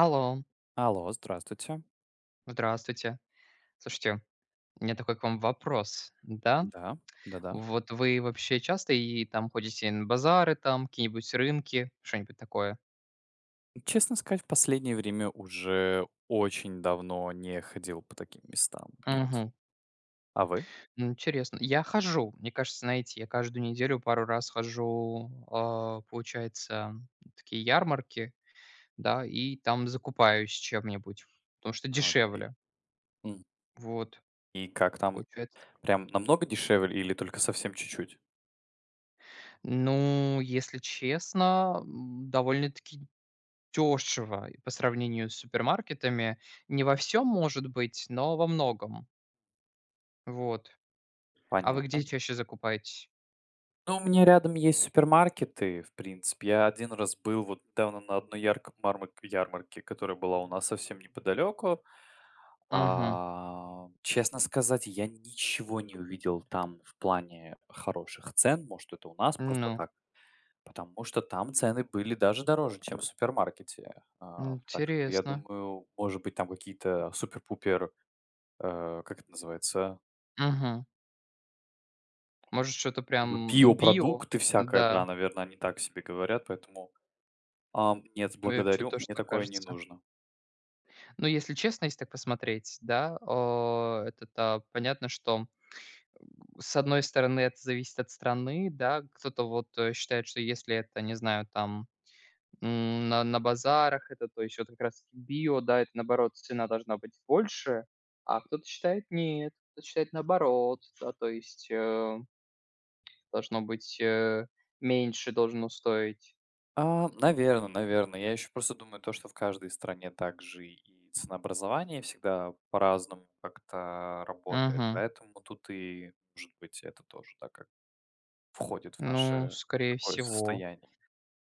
Алло, Алло, здравствуйте. здравствуйте. Слушайте, у меня такой к вам вопрос, да? Да, да-да. Вот вы вообще часто и там ходите на базары, там какие-нибудь рынки, что-нибудь такое? Честно сказать, в последнее время уже очень давно не ходил по таким местам. Нет. Мгм. А вы? Интересно. Я хожу, мне кажется, знаете, я каждую неделю пару раз хожу, получается, такие ярмарки, да, и там закупаюсь чем-нибудь, потому что А, окей. дешевле. М. Вот, И как там? получается так. Прям намного дешевле или только совсем чуть-чуть? Ну, если честно, довольно-таки дешево и по сравнению с супермаркетами. Не во всем может быть, но во многом. Вот. А вы где Понятно. чаще закупаетесь? Ну, у меня рядом есть супермаркеты, в принципе. Я один раз был вот недавно на одной ярк мармак ярмарке, которая была у нас совсем неподалеку. Мгм. А, честно сказать, я ничего не увидел там в плане хороших цен. Может, это у нас просто Ну, так. Потому что там цены были даже дороже, чем в супермаркете. А, так что я интересно. думаю, может быть, там какие-то супер-пупер, как это называется, Мгм. Может, что-то прям био? биопродукты всякое, Да, да, наверное, они так себе говорят, поэтому нет, мне чё-то благодарю, тоже мне так такое не кажется. нужно. Ну если честно, если так посмотреть, да, это-то понятно, что с одной стороны это зависит от страны, да. Кто-то вот, считает, что если это, не знаю, там на базарах это, то есть вот как раз био, да, это наоборот, цена должна быть больше, а кто-то считает нет, кто-то считает наоборот, да, то есть, должно быть, меньше должно стоить. А, наверное. Наверно. Я еще просто думаю то, что в каждой стране также и ценообразование всегда по-разному как-то работает, Мгм. поэтому тут и, может быть, это тоже, так как входит в Ну, наше скорее такое всего. состояние,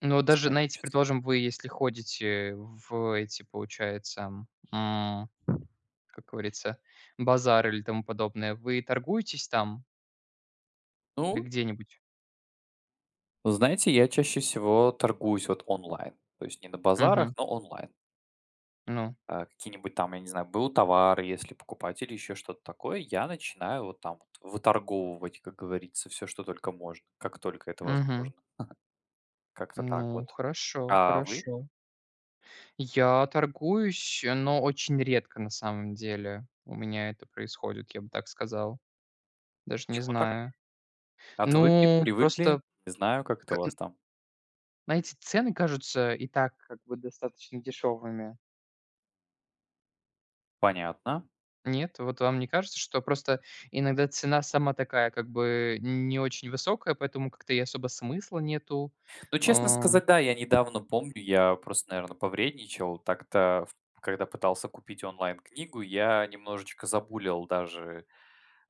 Но даже, состояние знаете, общества. предположим, вы если ходите в эти, получается, м, как говорится, базары или тому подобное, вы торгуетесь там или Ну, где-нибудь? знаете, я чаще всего торгуюсь вот онлайн, то есть не на базарах, Мгм. но онлайн. Ну. А, какие-нибудь там, я не знаю, был товар, если покупать или еще что-то такое, я начинаю вот там вот выторговывать, как говорится, все, что только можно, как только это Мгм. возможно. Как-то так Ну, вот. хорошо, А вы? хорошо. Я торгуюсь, но очень редко на самом деле у меня это происходит, я бы так сказал. Даже не Чему так? знаю. Отвыкли, Ну, привыкли? просто, Не знаю, как это к- у вас н- там. знаете, цены кажутся и так как бы достаточно дешевыми. Понятно. Нет, вот вам не кажется, что просто иногда цена сама такая как бы не очень высокая, поэтому как-то и особо смысла нету. Ну, честно А, сказать, да, я недавно помню, я просто, наверное, повредничал. Так-то, в- когда пытался купить онлайн-книгу, я немножечко забулил даже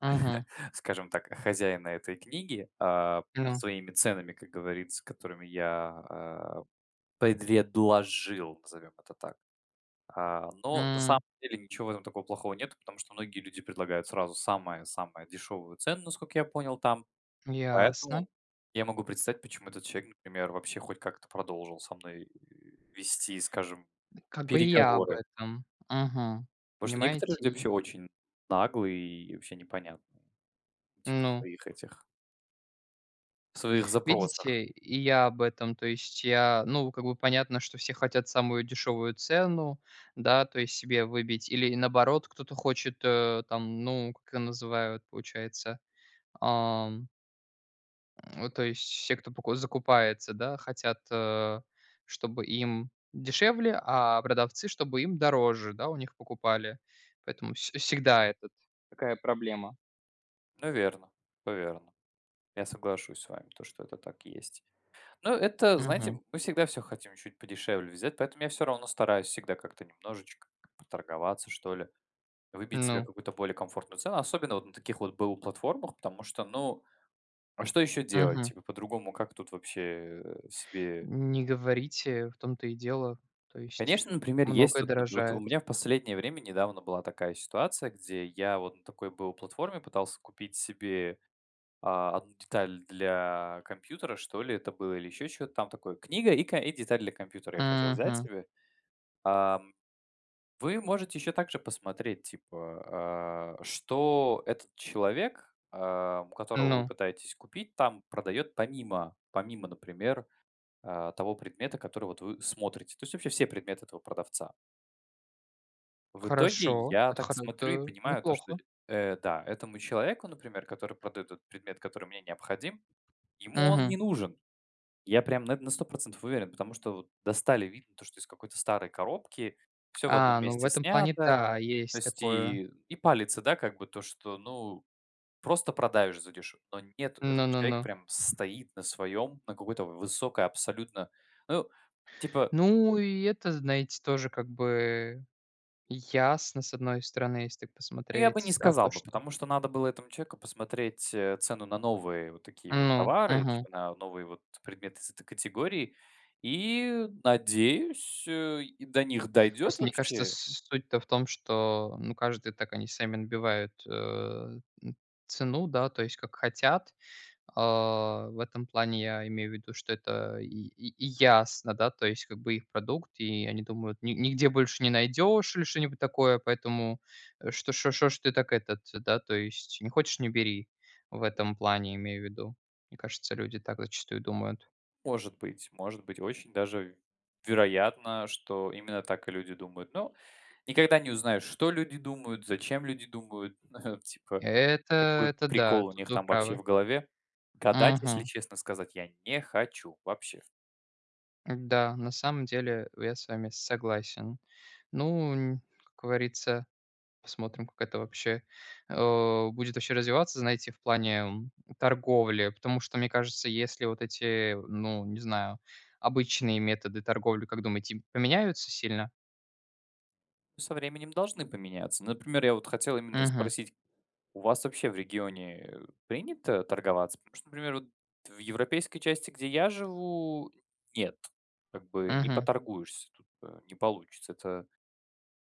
мгм. скажем так, хозяина этой книги, Ну, своими ценами, как говорится, которыми я, предведложил, назовем это так. А, но на самом м, деле ничего в этом такого плохого нет, потому что многие люди предлагают сразу самое-самое дешевую цену, насколько я понял, там. ясно. Поэтому я могу представить, почему этот человек, например, вообще хоть как-то продолжил со мной вести, скажем, Как бы и я об переговоры. этом. Мгм. Потому что некоторые Понимаете? люди И вообще очень наглые и вообще непонятно, типа, в ну, своих этих, в своих запросах. видите, и я об этом. То есть я, ну, как бы понятно, что все хотят самую дешевую цену, да, то есть себе выбить. Или наоборот, кто-то хочет, там, ну, как ее называют, получается, ам, то есть все, кто поку закупается, да, хотят, чтобы им дешевле, а продавцы, чтобы им дороже, да, у них покупали. Поэтому вс всегда этот такая проблема. Ну, верно, поверно. Я соглашусь с вами, то, что это так есть. Ну, это, знаете, мы всегда все хотим чуть подешевле взять, поэтому я все равно стараюсь всегда как-то немножечко поторговаться, что ли, выбить себе Ну, какую-то более комфортную цену, особенно вот на таких вот БУ-платформах, потому что, ну, а что еще делать? мгм. Типа, по-другому как тут вообще себе... Не говорите, в том-то и дело. То есть Конечно, например, есть многое вот, вот у дорожает. меня в последнее время недавно была такая ситуация, где я вот на такой БУ-платформе пытался купить себе 1 деталь для компьютера, что ли, это было, или еще что то там такое. Книга и деталь для компьютера я хотел взять Мгм. себе. Ам, вы можете еще также посмотреть, типа, что этот человек, у которого вы Ну, пытаетесь купить, там продает помимо, например, того предмета, который вот вы смотрите. То есть вообще все предметы этого продавца. В итоге хорошо. я Это так хоро смотрю и это понимаю то, что, неплохо. Да, этому человеку, например, который продает этот предмет, который мне необходим, ему он Мгм. не нужен. Я прям на 100% уверен, потому что вот достали, видно то, что из какой-то старой коробки, все в одном А, ну в месте этом плане, снято. да, То есть есть такое. и палится, да, как бы то, что, ну, просто продаешь задешево. Но нет, этот Ну-ну-ну. человек прям стоит на своем, на какой-то высокой абсолютно ну, типа, Ну и это, знаете, тоже как бы ясно, с одной стороны, если так ну, я бы не посмотреть, да, сказал то, бы, что потому что надо было этому человеку посмотреть, цену на новые вот такие вот ну, товары, мгм. типа на новые вот предметы из этой категории. И, надеюсь, и до них дойдет Просто мне кажется, с вообще. суть-то в том, что, ну, каждый так они сами набивают, цену, да, то есть как хотят. А, в этом плане я имею в виду, что это и ясно, да, то есть как бы их продукт, и они думают: "Ни Нигде больше не найдешь» или что-нибудь такое, поэтому, что ж ты так этот, да, то есть не хочешь — не бери. В этом плане имею в виду. Мне кажется, люди так зачастую думают. Может быть, очень даже вероятно, что именно так и люди думают. Но никогда не узнаешь, что люди думают, зачем люди думают, типа, Это какой это да, прикол у тут них вы там вообще правы. в голове. Гадать, если Мгм. честно сказать, я не хочу вообще. Да, на самом деле я с вами согласен. Ну, н Как говорится, посмотрим, как это вообще, будет вообще развиваться, знаете, в плане, торговли. Потому что, мне кажется, если вот эти, ну, не знаю, обычные методы торговли, как думаете, поменяются сильно? Со временем должны поменяться. Например, я вот хотел именно и Угу, спросить, у вас вообще в регионе принято торговаться? Потому что, например, вот в европейской части, где я живу, нет. Как бы не угу, поторгуешься, тут не получится. Это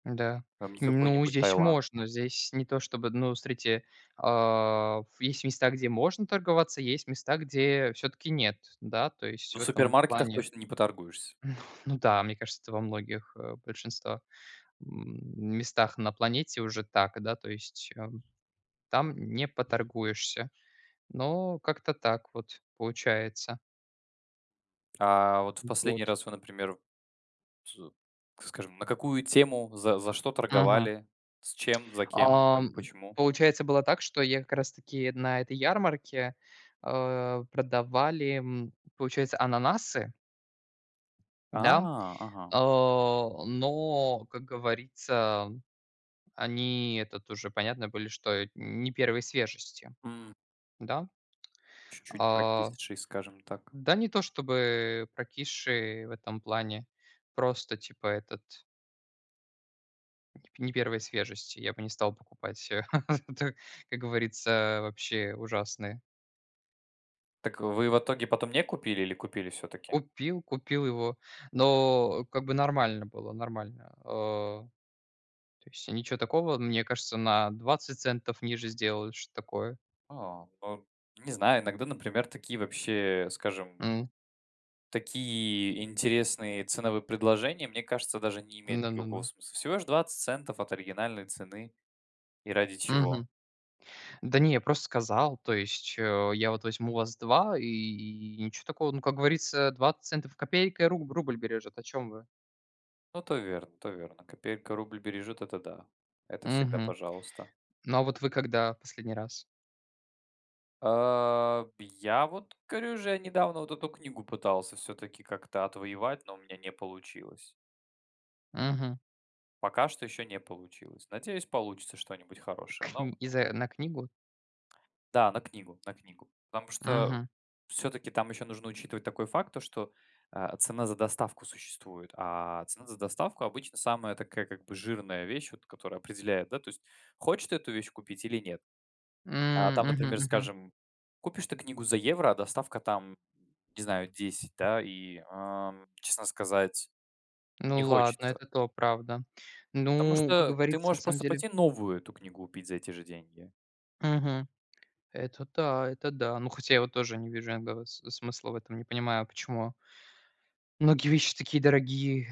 да. там не Ну, какой-нибудь здесь Таиланд. можно. Здесь не то чтобы ну, смотрите, есть места, где можно торговаться, есть места, где все таки нет, да. То есть Ну, в в этом супермаркетах плане, точно не поторгуешься. ну да, мне кажется, это во многих, большинства местах на планете уже так, да, то есть, там не поторгуешься. Но как-то так вот получается. А вот в последний Вот. раз вы, например, с скажем, на какую тему, за что Мгм. торговали, с чем, за кем, кому, Ам, почему? получается, было так, что я как раз таки на этой ярмарке, продавали, получается, ананасы, А, да, ага. Но, как говорится, они, это уже понятно были, что не первой свежести, М, да. чуть-чуть А практичней, скажем так. да не то чтобы прокисшие в этом плане, просто типа этот не первой свежести. Я бы не стал покупать, это, как говорится, вообще ужасные. Так вы в итоге потом не купили или купили все таки? Купил его, но как бы нормально было, нормально. То есть ничего такого, мне кажется, на 20 центов ниже сделали, что такое. А, ну, не знаю, иногда, например, такие вообще, скажем, М. такие интересные ценовые предложения, мне кажется, даже не имеют никакого Да-да-да. смысла. Всего лишь 20 центов от оригинальной цены. И ради чего? Да не, я просто сказал, то есть, я вот возьму у вас 2 и ничего такого. Ну, как говорится, 20 центов копейка, и рубль бережет. О чем вы? Ну, то верно, то верно. Копейка рубль бережет, это да. Это всегда Угу. пожалуйста. Ну, а вот вы когда последний раз? А, я вот, говорю же, я недавно вот эту книгу пытался все таки как-то отвоевать, но у меня не получилось. Угу. Пока что еще не получилось. Надеюсь, получится что-нибудь хорошее, но. Из-за на книгу? Да, на книгу, на книгу. Потому что Угу. все таки там еще нужно учитывать такой факт, то что, цена за доставку существует, а цена за доставку обычно самая такая как бы жирная вещь, вот которая определяет, да, то есть хочешь ты эту вещь купить или нет. Угу. А там, например, Мгм. скажем, купишь ты книгу за евро, а доставка там, не знаю, 10, да, и, честно сказать, не Ну ладно, хочется. это то, правда. Потому Ну, как что ты говорится, на можешь самом просто деле пойти новую эту книгу купить за эти же деньги. мгм. Это да, это да. Ну, хотя я вот тоже не вижу иногда с смысла в этом, не понимаю, почему. Многие вещи такие дорогие.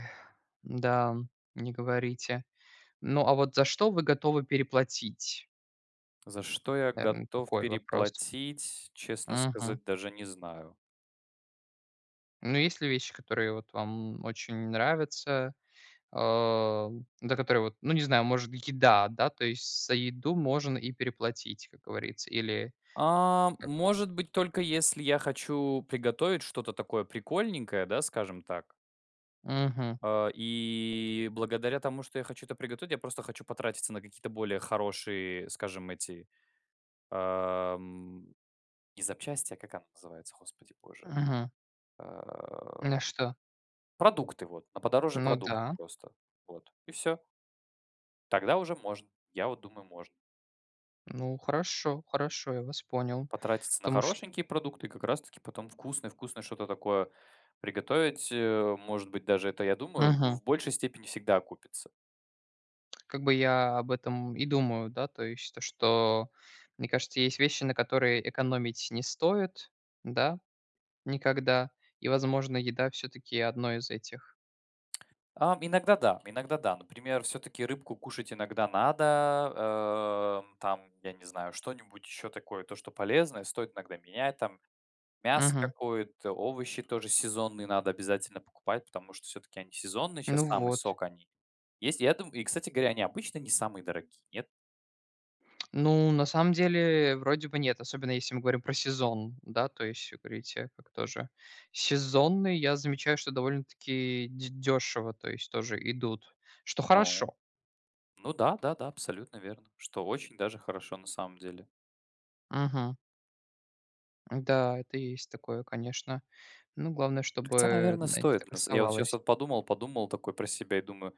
Да, не говорите. Ну, а вот за что вы готовы переплатить? За что я Наверное, готов такой вопрос. переплатить, честно Мгм. сказать, даже не знаю. Ну, есть ли вещи, которые вот вам очень нравятся, а, за которые вот, ну, не знаю, может, еда, да, то есть за еду можно и переплатить, как говорится, или А, как? может быть, только если я хочу приготовить что-то такое прикольненькое, да, скажем так. Мгм, А, и благодаря тому, что я хочу это приготовить, я просто хочу потратиться на какие-то более хорошие, скажем, эти ам, не запчасти, а как она называется, господи боже. мгм. А, Ну что? продукты вот, на подороже Ну продукты да. просто, вот и все. Тогда уже можно. Я вот думаю, можно. Ну, хорошо, хорошо, я вас понял. Потратиться на Потому что хорошенькие продукты, как раз таки потом вкусное-вкусное что-то такое приготовить. Может быть, даже это, я думаю, мгм. в большей степени всегда окупится. Как бы я об этом и думаю, да, то есть то, что, мне кажется, есть вещи, на которые экономить не стоит, да, никогда, и, возможно, еда все таки одно из этих. Иногда да, иногда да. Например, все-таки рыбку кушать иногда надо. Там, я не знаю, что-нибудь еще такое, то, что полезное, стоит иногда менять. Там мясо Мгм. какое-то, овощи тоже сезонные надо обязательно покупать, потому что все-таки они сезонные, сейчас Ну самый вот. сок они есть. Я думаю, и, кстати говоря, они обычно не самые дорогие, нет? Ну, на самом деле, вроде бы нет, особенно если мы говорим про сезон, да, то есть вы говорите, как тоже сезонные, я замечаю, что довольно-таки дь дешево, то есть тоже идут, что Ну. хорошо. Ну да, да-да, абсолютно верно, что очень даже хорошо на самом деле. Мгм. Да, это есть такое, конечно. Ну, главное, Хотя, чтобы, наверное, знаете, стоит. так На с Я вот сейчас оставалось. вот подумал, подумал такой про себя и думаю: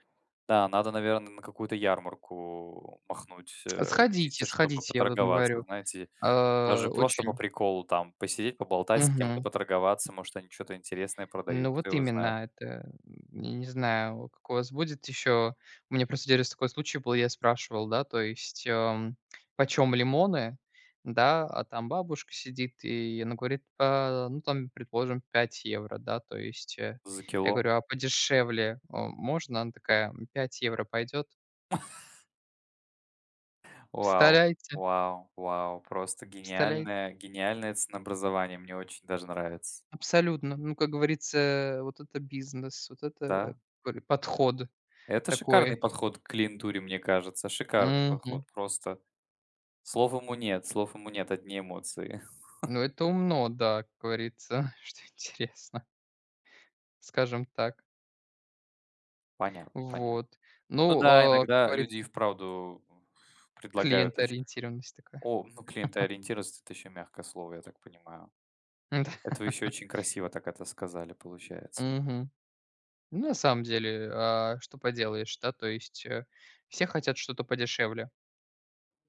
да, надо, наверное, на какую-то ярмарку махнуть, Сходите, чисто чтобы сходите, я вот вам поторговаться, говорю. знаете. Даже просто по Очень. приколу там посидеть, поболтать с кем-то, Мгм. поторговаться. Может, они что то интересное продают, Ну, кто вот его знает, именно это. Я не знаю, как у вас будет еще. У меня просто один раз такой случай был, я спрашивал, да, то есть, почем лимоны, да, а там бабушка сидит, и она говорит, а, ну, там, предположим, 5 евро, да, то есть, за я кило. говорю, а подешевле можно? Она такая, 5 евро пойдет? Вау, Представляете? вау, вау, просто Представляете? гениальное гениальное ценообразование, мне очень даже нравится. Абсолютно. Ну, как говорится, вот это бизнес, вот это, Да. говорю, подход Это шикарный такой. подход к клиентуре, мне кажется. Шикарный подход. Мгм. Просто слов ему нет, одни эмоции. Ну, это умно, да, как говорится, что интересно, скажем так. Понятно, понятно. Вот. Ну Ну, да, как иногда люди и говорится, вправду предлагают очень... клиентоориентированность такая. О, ну клиентоориентированность это еще мягкое слово, я так понимаю. Да. Это вы еще очень красиво так это сказали, получается. Мгм. Ну, на самом деле, что поделаешь, да, то есть, все хотят что-то подешевле.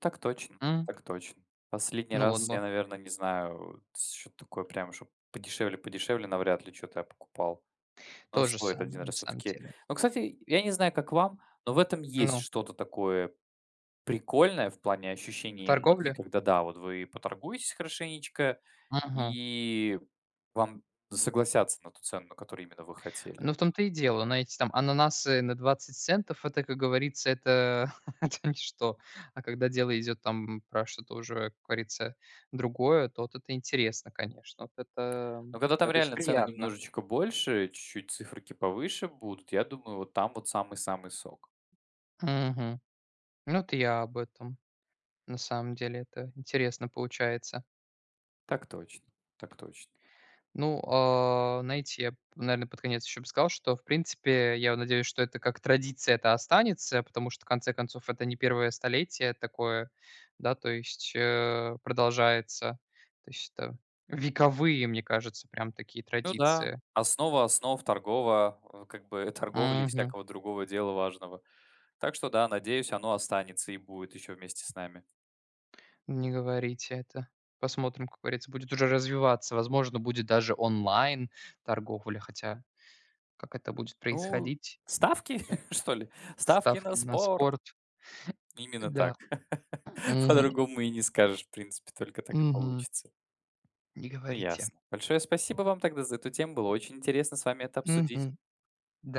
Так точно, М, так точно. Последний ну, вот раз я, бы. наверное, не знаю, вот, что-то такое прям, чтобы подешевле-подешевле, навряд ли что-то я покупал. Но То же стоит один самое, на раз все самом таки. деле. Но, кстати, я не знаю, как вам, но в этом есть Ну, что-то такое прикольное в плане ощущения эмоций, торговля. Торговле? когда, да, вот вы поторгуетесь хорошенечко, и вам согласятся на ту цену, на которую именно вы хотели. Ну, в том-то и дело. Но эти там ананасы на 20 центов — это, как говорится, это это ничто. А когда дело идет там про что-то уже, как говорится, другое, то вот это интересно, конечно. Вот это, Но когда там да, то есть реально цены приятно. немножечко больше, чуть-чуть циферки повыше будут, я думаю, вот там вот самый-самый сок. Мгм. Ну, вот я об этом. На самом деле это интересно получается. Так точно, так точно. Ну, знаете, я, наверное, под конец еще бы сказал, что, в принципе, я надеюсь, что это как традиция это останется, потому что, в конце концов, это не первое столетие такое, да, то есть продолжается. То есть это вековые, мне кажется, прям такие Ну да, традиции. основа основ торгова, как бы торговли и Мгм. всякого другого дела важного. Так что да, надеюсь, оно останется и будет еще вместе с нами. Не говорите это. Посмотрим, как говорится, будет уже развиваться. Возможно, будет даже онлайн торговля, хотя как это будет Ну, происходить, ставки, что ли? Ставки на ставки на спорт. спорт. Именно так. Да. Мгм. По-другому и не скажешь, в принципе, только так и Мгм. получится. Не Ну, говорите. ясно. Большое спасибо вам тогда за эту тему. Было очень интересно с вами это обсудить. Мгм. Да,